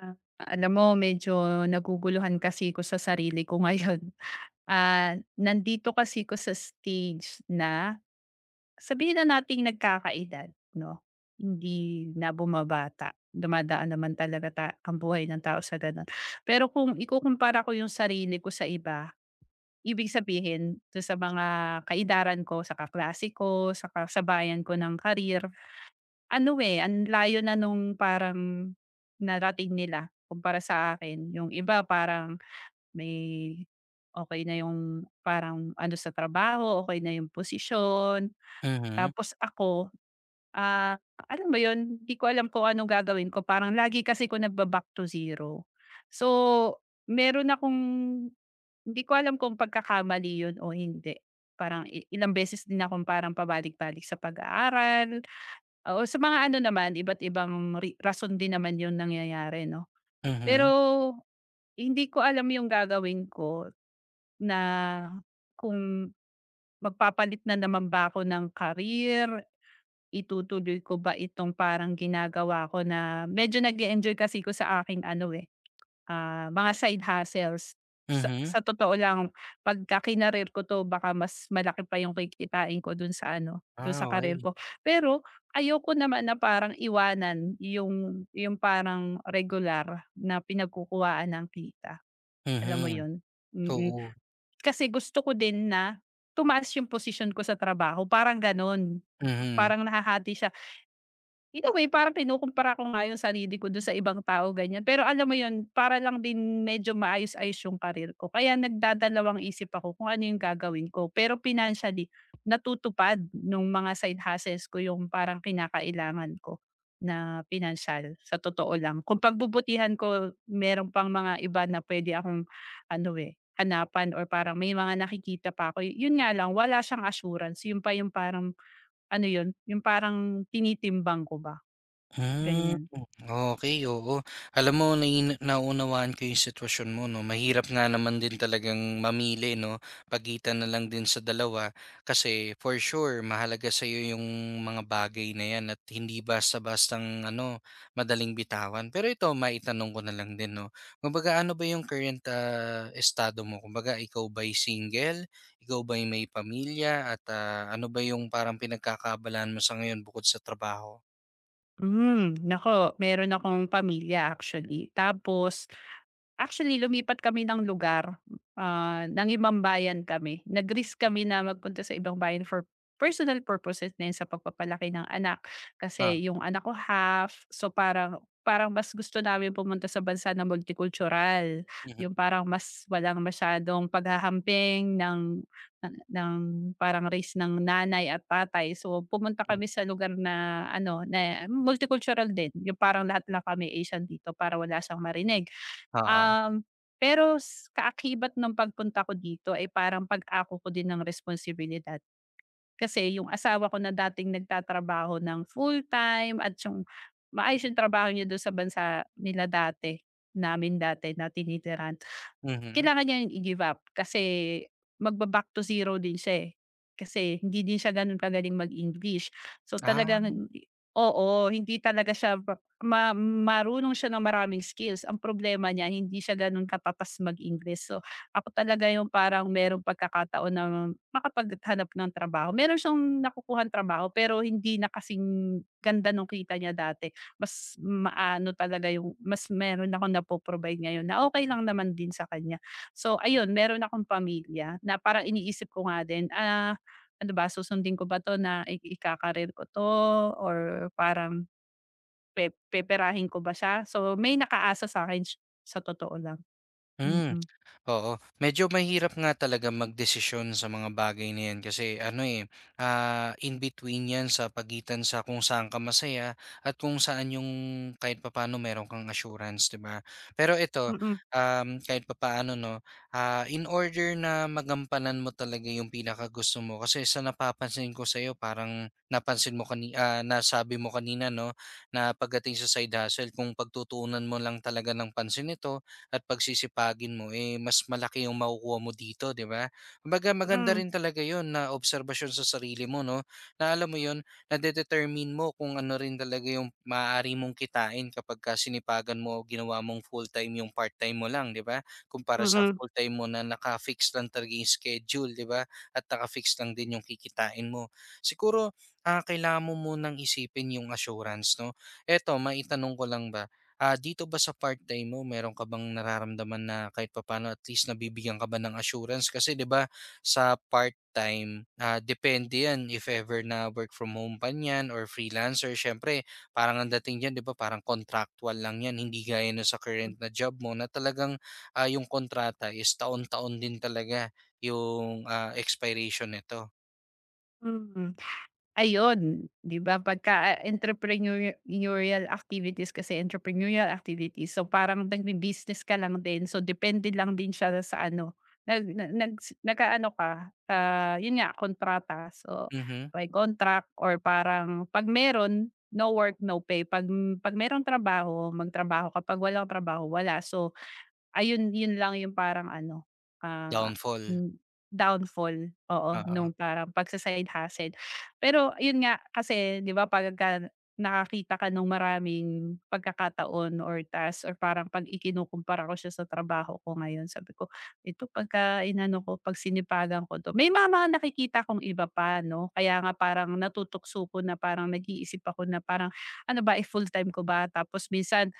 Ah, Alam mo medyo naguguluhan kasi ko sa sarili ko ngayon. Nandito kasi ko sa stage na sabihin na nating nagkakaedad 'no, hindi na bumabata. Dumadaan naman talaga ta ang buhay ng tao sa gano'n. Pero kung ikukumpara ko yung sarili ko sa iba, ibig sabihin dun sa mga kaidaran ko, sa kaklase ko, sa kasabayan ko ng karir. Ano, eh, ang layo na nung parang narating nila kumpara sa akin. Yung iba parang may okay na yung parang ano sa trabaho, okay na yung posisyon. Mhm, Tapos ako. Ah, Alam mo yun, hindi ko alam kung anong gagawin ko, parang lagi kasi ko nagba-back to zero. So, meron akong, hindi ko alam kung pagkakamali yun o hindi. Parang ilang beses din akong parang pabalik-balik sa pag-aaral, o sa mga ano naman, iba't ibang rason din naman yung nangyayari 'no. Pero mhm, hindi ko alam yung gagawin ko na kung magpapalit na naman ba ako ng career. Itutuloy ko ba itong parang ginagawa ko na medyo nag enjoy kasi ko sa aking ano, eh, mga side hustles. Sa mhm. sa totoo lang, pagka kinarir ko 'to baka mas malaki pa yung kikitain ko dun sa ano, dun sa Ah, career okey. ko. Pero ayoko naman na parang iwanan yung parang regular na pinagkukuhaan ng kita, alam mo Mhm. yun? Mm, mm. Oo. Kasi gusto ko din na tumaas yung position ko sa trabaho, parang ganun. Mhm. Parang nahahati siya. In a way parang kinukumpara ko nga yung sarili ko dun sa ibang tao ganyan, pero alam mo yun, para lang din medyo maayos-ayos yung career ko kaya nagdadalawang isip ako kung ano yung gagawin ko. Pero financially, natutupad nung mga side hustles ko yung parang kinakailangan ko na pinansiyal sa totoo lang. Kung pagbubutihan ko meron pang mga iba na pwede akong ano, eh, hanapan or parang may mga nakikita pa ako, yun nga lang wala siyang assurance, yun pa yung parang ano yun, yung parang tinitimbang ko ba. Hmm, Ganyan. okay, oo. Alam mo, naunawaan ko yung sitwasyon mo 'no, mahirap nga naman din talagang mamili 'no, pagitan na lang din sa dalawa. Kasi for sure mahalaga sa iyo yung mga bagay na yan at hindi basta-bastang ano, madaling bitawan. Pero ito, maitanong ko na lang din 'no, kumbaga ano ba yung current, estado mo? Kumbaga ikaw ba'y single? Ikaw ba'y may pamilya at, ano ba yung parang pinagkakaabalahan mo sa ngayon bukod sa trabaho? Hmm, naku meron akong pamilya actually. Tapos, actually, lumipat kami ng lugar, ah, ng ibang bayan kami. Nag-risk kami na magpunta sa ibang bayan for personal purposes na 'yun sa pagpapalaki ng anak. Ah, Kasi yung anak ko half, so parang parang mas gusto namin pumunta sa bansa na multicultural, mhm. yung parang mas walang masyadong paghahamping ng ng parang race ng nanay at tatay. So, pumunta Hmm, kami sa lugar na ano, na multicultural din, yung parang lahat lang kami Asian dito para wala siyang marinig. oo, Um, Pero s kaakibat ng pagpunta ko dito ay parang pag-ako ko din ng responsibilidad. Kasi yung asawa ko na dating nagtatrabaho ng full-time at yung maayos yung trabaho niya dun sa bansa nila dati, namin dati na tinitirahan. mhm. Kailangan niya yung i-give up kasi magba-back to zero din siya, eh. Kasi hindi din siya gano'n kagaling mag-English. So, Ah, talagang oo, hindi talaga siya pa marunong siya ng maraming skills. Ang problema niya hindi siya gano'n katatas mag English. So, ako talaga yung parang merong pagkakataon na makapaghanap ng trabaho. Meron siyang nakukuhang trabaho pero hindi na kasing ganda nung kita niya dati. Mas maano talaga yung mas meron akong napo-provide ngayon na okay lang naman din sa kanya. So ayun, meron akong pamilya na parang iniisip ko nga din, ah, ano ba susundin ko ba 'to na ikakarir ko 'to or parang peperahin ko ba siya? So may nakaasa sa'kin sa totoo lang, hmm, mm. oo. Medyo mahirap nga talaga magdesisyon sa mga bagay na 'yan kasi ano, eh, in between 'yan sa pagitan sa kung saan ka masaya at kung saan yung kahit papaano meron kang assurance, 'di ba? Pero ito, Mm, kahit papaano 'no, in order na magampanan mo talaga yung pinaka gusto mo kasi sa napapansin ko sa'yo parang napansin mo nasabi mo kanina 'no, na pagdating sa side hustle kung pagtutuunan mo lang talaga ng pansin ito at pagsisipagin mo, eh, mas malaki yung makukuha mo dito, di ba? Kumbaga, maganda mm, rin talaga yon na obserbasyon sa sarili mo, no? Na alam mo yon, na determine mo kung ano rin talaga yung maaari mong kitain kapag ka sinipagan mo, o ginawa mong full-time yung part-time mo lang, di ba? Kumpara sa mm, full-time mo na naka-fix lang talaga yung schedule, di ba? At naka-fix lang din yung kikitain mo. Siguro, kailangan mo munang isipin yung assurance, no? Eto, maitanong ko lang ba, dito ba sa part-time mo meron ka bang nararamdaman na kahit papaano at least nabibigyan ka ba ng assurance? Kasi 'di ba sa part-time, depende 'yan if ever na work from home pa niyan or freelancer, siyempre parang ang dating diyan 'di ba parang contractual lang 'yan, hindi gaya nun sa current na job mo na talagang yung kontrata is taon-taon din talaga yung expiration nito. mm. Ayun, 'di ba pagka, ah, activities, kasi entrepreneurial activities, so parang nagbi-business ka lang din, so depende lang din siya sa ano, nag na nags nag-aano ka, ah, yun nga, kontrata. So, Mhm. by contract or parang 'pag meron, no work, no pay, 'pag merong trabaho, magtrabaho ka, 'pag walang trabaho, wala. So, ayun, yun lang yung parang ano, ah, Downfall. hmm, downfall, oo, Oo. nung parang pagsa-side hustle. Pero yun nga, kasi 'di ba pagka nakakita ka nung maraming pagkakataon or task or parang 'pag ikinukumpara ko siya sa trabaho ko ngayon, sabi ko, "Ito pagka inano ko, 'pag sinipagan ko 'to," may mga nakikita akong iba pa 'no, kaya nga parang natutukso ko na parang nag-iisip ako na parang, "Ano ba, i-full-time ko ba?" Tapos minsan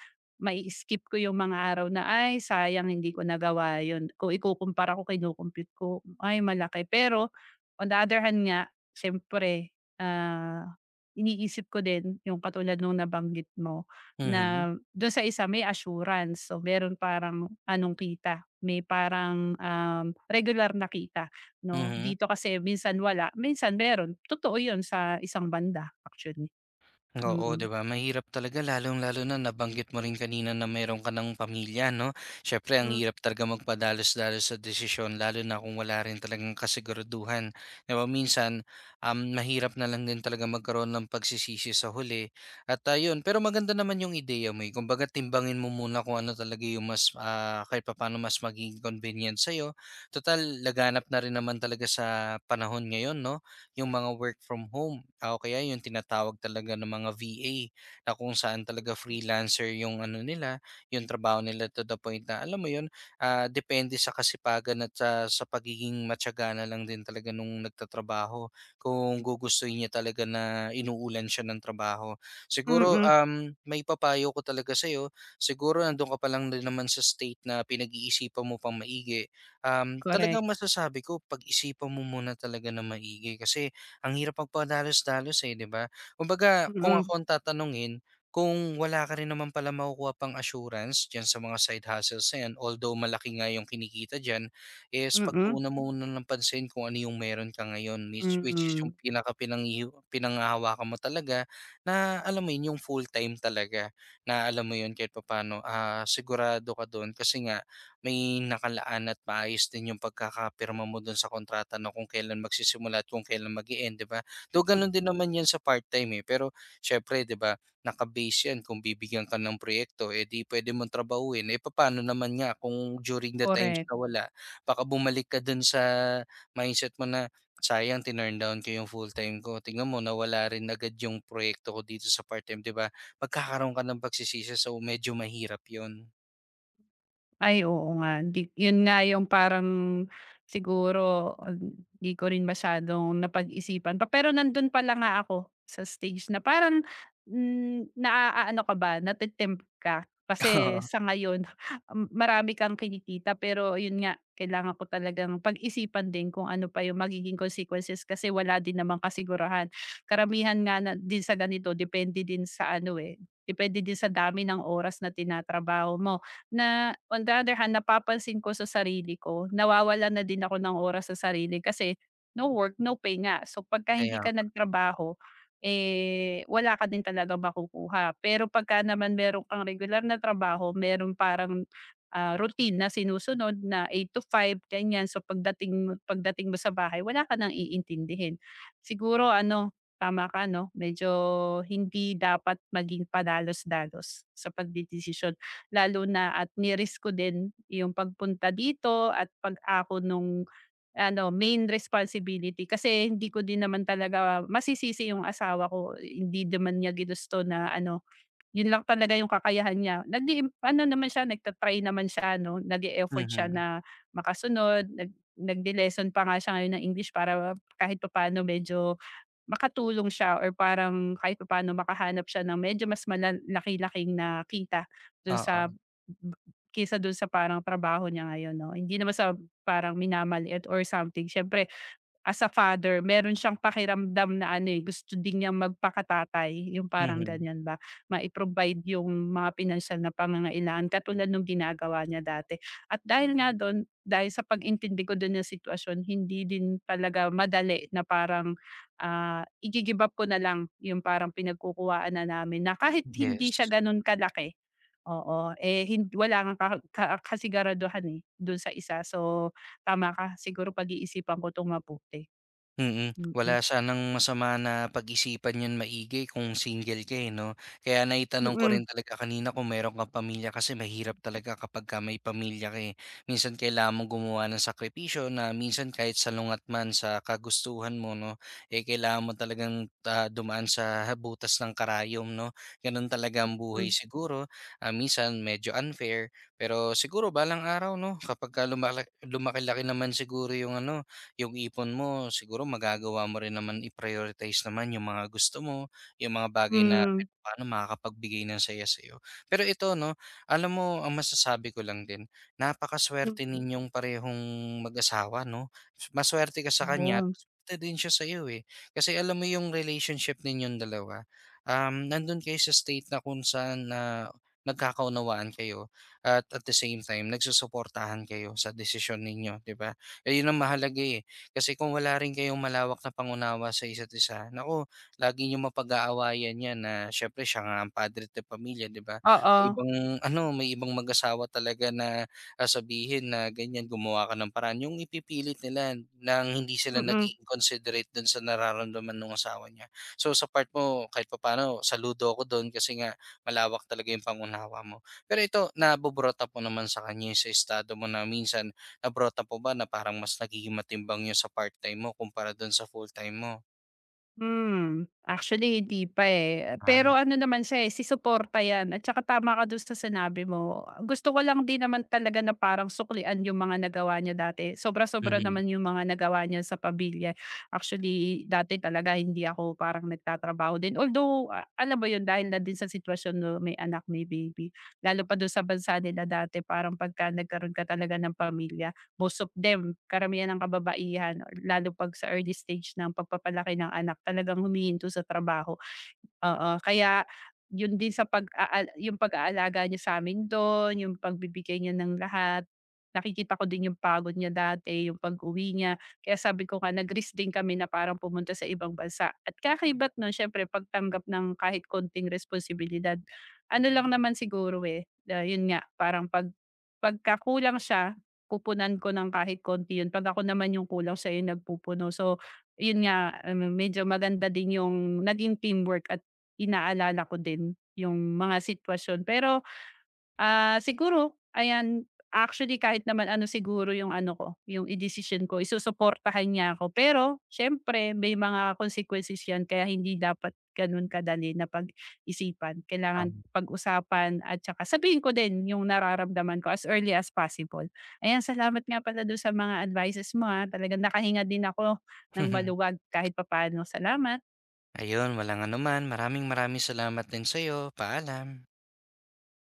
mai-skip ko yung mga araw na, "Ay sayang hindi ko nagawa yun." Kung ikukumpara ko, kino-compute ko, ay malaki. Pero on the other hand nga, siyempre, ah, iniisip ko din yung katulad nung nabanggit mo Mhm. na dun sa isa may assurance. So meron parang anong kita, may parang, regular na kita 'no. Mhm. Dito kasi minsan wala, minsan meron. Totoo yun sa isang banda actually. Oo, 'di Mm, ba? Mahirap talaga, lalong-lalo na nabanggit mo rin kanina na meron ka ng pamilya, no? Syempre ang mm, hirap talaga magpadalos-dalos sa desisyon lalo na kung wala rin talagang kasiguraduhan. 'Di ba? Minsan, mahirap na lang din talaga magkaroon ng pagsisisi sa huli. At ayun, pero maganda naman yung ideya mo, eh. Kumbaga, timbangin mo muna kung ano talaga yung mas, kahit papaano mas magiging convenient sa iyo. Total, laganap na rin naman talaga sa panahon ngayon, no? Yung mga work from home o kaya yung tinatawag talaga ng mga VA na kung saan talaga freelancer yung ano nila, yung trabaho nila, to the point na alam mo yun, depende sa kasipagan at sa pagiging matyaga na lang din talaga nung nagtatrabaho kung gugustuhin niya talaga na inuulan siya ng trabaho. Siguro, mm. May papayo ko talaga sa'yo, siguro nandun ka pa lang din naman sa state na pinag-iisipan mo pang maigi, talagang Correct. masasabi ko, pag-isipan mo muna talaga na maigi kasi ang hirap magpadalos-dalos, eh, 'di ba? Kumbaga kung ako Mm. ang tatanungin, kung wala ka rin naman pala makukuha pang assurance diyan sa mga side hustles na 'yan, although malaki nga yung kinikita diyan, is Mm, pagtuunan mo muna ng pansin kung ano yung meron ka ngayon, which is yung mm, pinaka pinang pinanghahawakan mo talaga, na alam mo yun, yung full-time talaga na alam mo yun, kahit papano, sigurado ka dun kasi nga may nakalaan at maayos din yung pagkakapirma mo dun sa kontrata na kung kailan magsisimula at kung kailan mag end, 'di ba? Though mm, ganun din naman yan sa part-time, eh, pero siyempre 'di ba, nakabase yan kung bibigyan ka ng proyekto, eh, di puwede mong trabahuhin. Eh, paano naman nga kung during the times korek. na wala, baka bumalik ka dun sa mindset mo na, "Sayang tinurn down ko yung full-time ko. Tingnan mo nawala rin agad yung proyekto ko dito sa part-time." 'Di ba? Magkakaroon ka ng pagsisisi, so medyo mahirap yun. Ay, oo nga. Di yun nga yung parang siguro di ko rin masyadong napag-isipan pa. Pero nandun pala nga ako sa stage na parang, hmm, naaano ka ba, nate ka. Kasi sa Oo, ngayon m- marami kang kinikita pero yun nga, kailangan ko talagang pag-isipan din kung ano pa yung magiging consequences kasi wala din namang kasigurahan. Karamihan nga na din sa ganito depende din sa ano, eh, depende din sa dami ng oras na tinatrabaho mo na on the other hand napapansin ko sa sarili ko, nawawalan na din ako ng oras sa sarili kasi no work, no pay nga. So pagka hindi ka kaya nagtrabaho, eh, wala ka din talagang makukuha. Pero pagka naman meron kang regular na trabaho, meron parang, ah, routine na sinusunod na 8 to 5 ganyan. So pagdating mo sa bahay wala ka nang iintindihin. Siguro ano, tama ka 'no, medyo hindi dapat maging padalos-dalos sa pagdedesisyon. Lalo na at ni-risk ko din yung pagpunta dito at pag-ako nung ano, main responsibility, kasi hindi ko din naman talaga masisisi yung asawa ko, hindi naman niya ginusto na ano, yun lang talaga yung kakayahan niya. Nag ano naman siya, nagtatry naman siya 'no, nag effort siya mhm, na makasunod, nag nagle-lesson pa nga siya ngayon ng English para kahit papaano medyo makatulong siya or parang kahit papaano makahanap siya ng medyo mas malaki na kita dun oo, sa B kaysa dun sa parang trabaho niya ngayon 'no. Hindi naman sa parang minamaliit or something, siyempre as a father meron siyang pakiramdam na ano, eh, gusto din niyang magpakatatay, yung parang mhm, ganyan ba, mai-provide yung mga pinansiyal na pangangailangan katulad nung ginagawa niya dati. At dahil nga dun, dahil sa pag-intindi ko dun ng sitwasyon, hindi din talaga madali na parang, ah, igi-give up ko na lang yung parang pinagkukuhaan na namin na kahit hindi siya yes. ganun kalaki. Oo, eh, hin wala ngang ka ka kasiguraduhan, eh, dun sa isa. So, tama ka siguro, pag-iisipan ko 'tong mabuti. Mm, Mm. wala sanang masama na pag-isipan yun maigi kung single ka, eh, 'no? Kaya naitanong ko Mm. rin talaga kanina kung meron kang pamilya kasi mahirap talaga kapagka may pamilya ka, eh. Minsan kailangan mong gumawa ng sakripisyo na minsan kahit salungat man sa kagustuhan mo, 'no, eh, kailangan mo talagang, dumaan sa butas ng karayom, 'no? Gano'n talaga ang Hmm. buhay siguro. Ah, minsan medyo unfair, pero siguro balang araw, 'no, kapagka lumaki-laki naman siguro yung ano, yung ipon mo, siguro magagawa mo rin naman i-prioritize naman yung mga gusto mo, yung mga bagay na Hmm. kahit papaano makakapagbigay ng saya sa'yo. Pero ito 'no, alam mo ang masasabi ko lang din, napakasuwerte Hmm. ninyong parehong mag-asawa 'no. Masuwerte ka sa kanya at Yun. masuwerte din siya sa'yo, eh. Kasi alam mo yung relationship ninyong dalawa, nandun kayo sa state na kung saan na nagkakaunawaan kayo at the same time nagsusuportahan kayo sa desisyon ninyo, 'di ba? Ayun ang mahalaga, eh. Kasi kung wala rin kayong malawak na pangunawa sa isa't isa, naku, lagi niyong mapag-aawayan yan, na syempre, siya nga ang padre de pamilya, 'di ba? May Oo. ibang ano, may ibang mag-asawa talaga na sabihin na ganyan, gumawa ka ng paraan. Yung ipipilit nila nang hindi sila Mm. nagiging considerate dun sa nararamdaman ng asawa niya. So sa part mo, kahit papaano, saludo ako doon kasi nga malawak talaga yung pangunawa mo. Pero ito, nabuburot up mo naman sa kanya yung sa estado mo na minsan abroad na po ba na parang mas nagiging matimbang yung sa part-time mo kumpara dun sa full-time mo. Hmm, actually hindi pa, eh. Pero Tama. ano naman siya, eh, si suporta 'yan at saka tama ka do'n sa sinabi mo. Gusto ko lang din naman talaga na parang suklian yung mga nagawa niya dati. Sobra-sobra Mhm, naman yung mga nagawa niya sa pamilya. Actually, dati talaga hindi ako parang nagtatrabaho din. Although, alam mo 'yun, dahil na din sa sitwasyon na may anak, may baby. Lalo pa do'n sa bansa nila dati, parang pagka nagkaroon ka talaga ng pamilya most of them, karamihan ng kababaihan, or lalo 'pag sa early stage ng pagpapalaki ng anak talagang humihinto sa trabaho. Oo, kaya yun din sa yung pag-aalaga niya sa'min dun, yung pagbibigay niya ng lahat. Nakikita ko din yung pagod niya dati, yung pag-uwi niya. Kaya sabi ko nga nag-risk din kami na parang pumunta sa ibang bansa at kakaib't nun siyempre pagtanggap ng kahit konting responsibilidad. Ano lang naman siguro, eh, na yun nga parang pagka kulang siya, pupunan ko ng kahit konti yun, 'pag ako naman yung kulang siya yung nagpupuno. So, yun nga, ano medyo maganda din yung naging teamwork at inaalala ko din yung mga sitwasyon. Pero, ah, siguro ayan, actually kahit naman ano siguro yung ano ko, yung decision ko isusuportahan niya ako. Pero siyempre may mga consequences yan kaya hindi dapat gano'n kadali na pag-isipan. Kailangan tama. pag-usapan at saka sabihin ko din yung nararamdaman ko as early as possible. Ayan, salamat nga pala do'n sa mga advices mo, ah, talagang nakahinga din ako ng maluwag kahit papaano. Salamat. Ayun, walang anuman. Maraming maraming salamat din sa'yo. Paalam.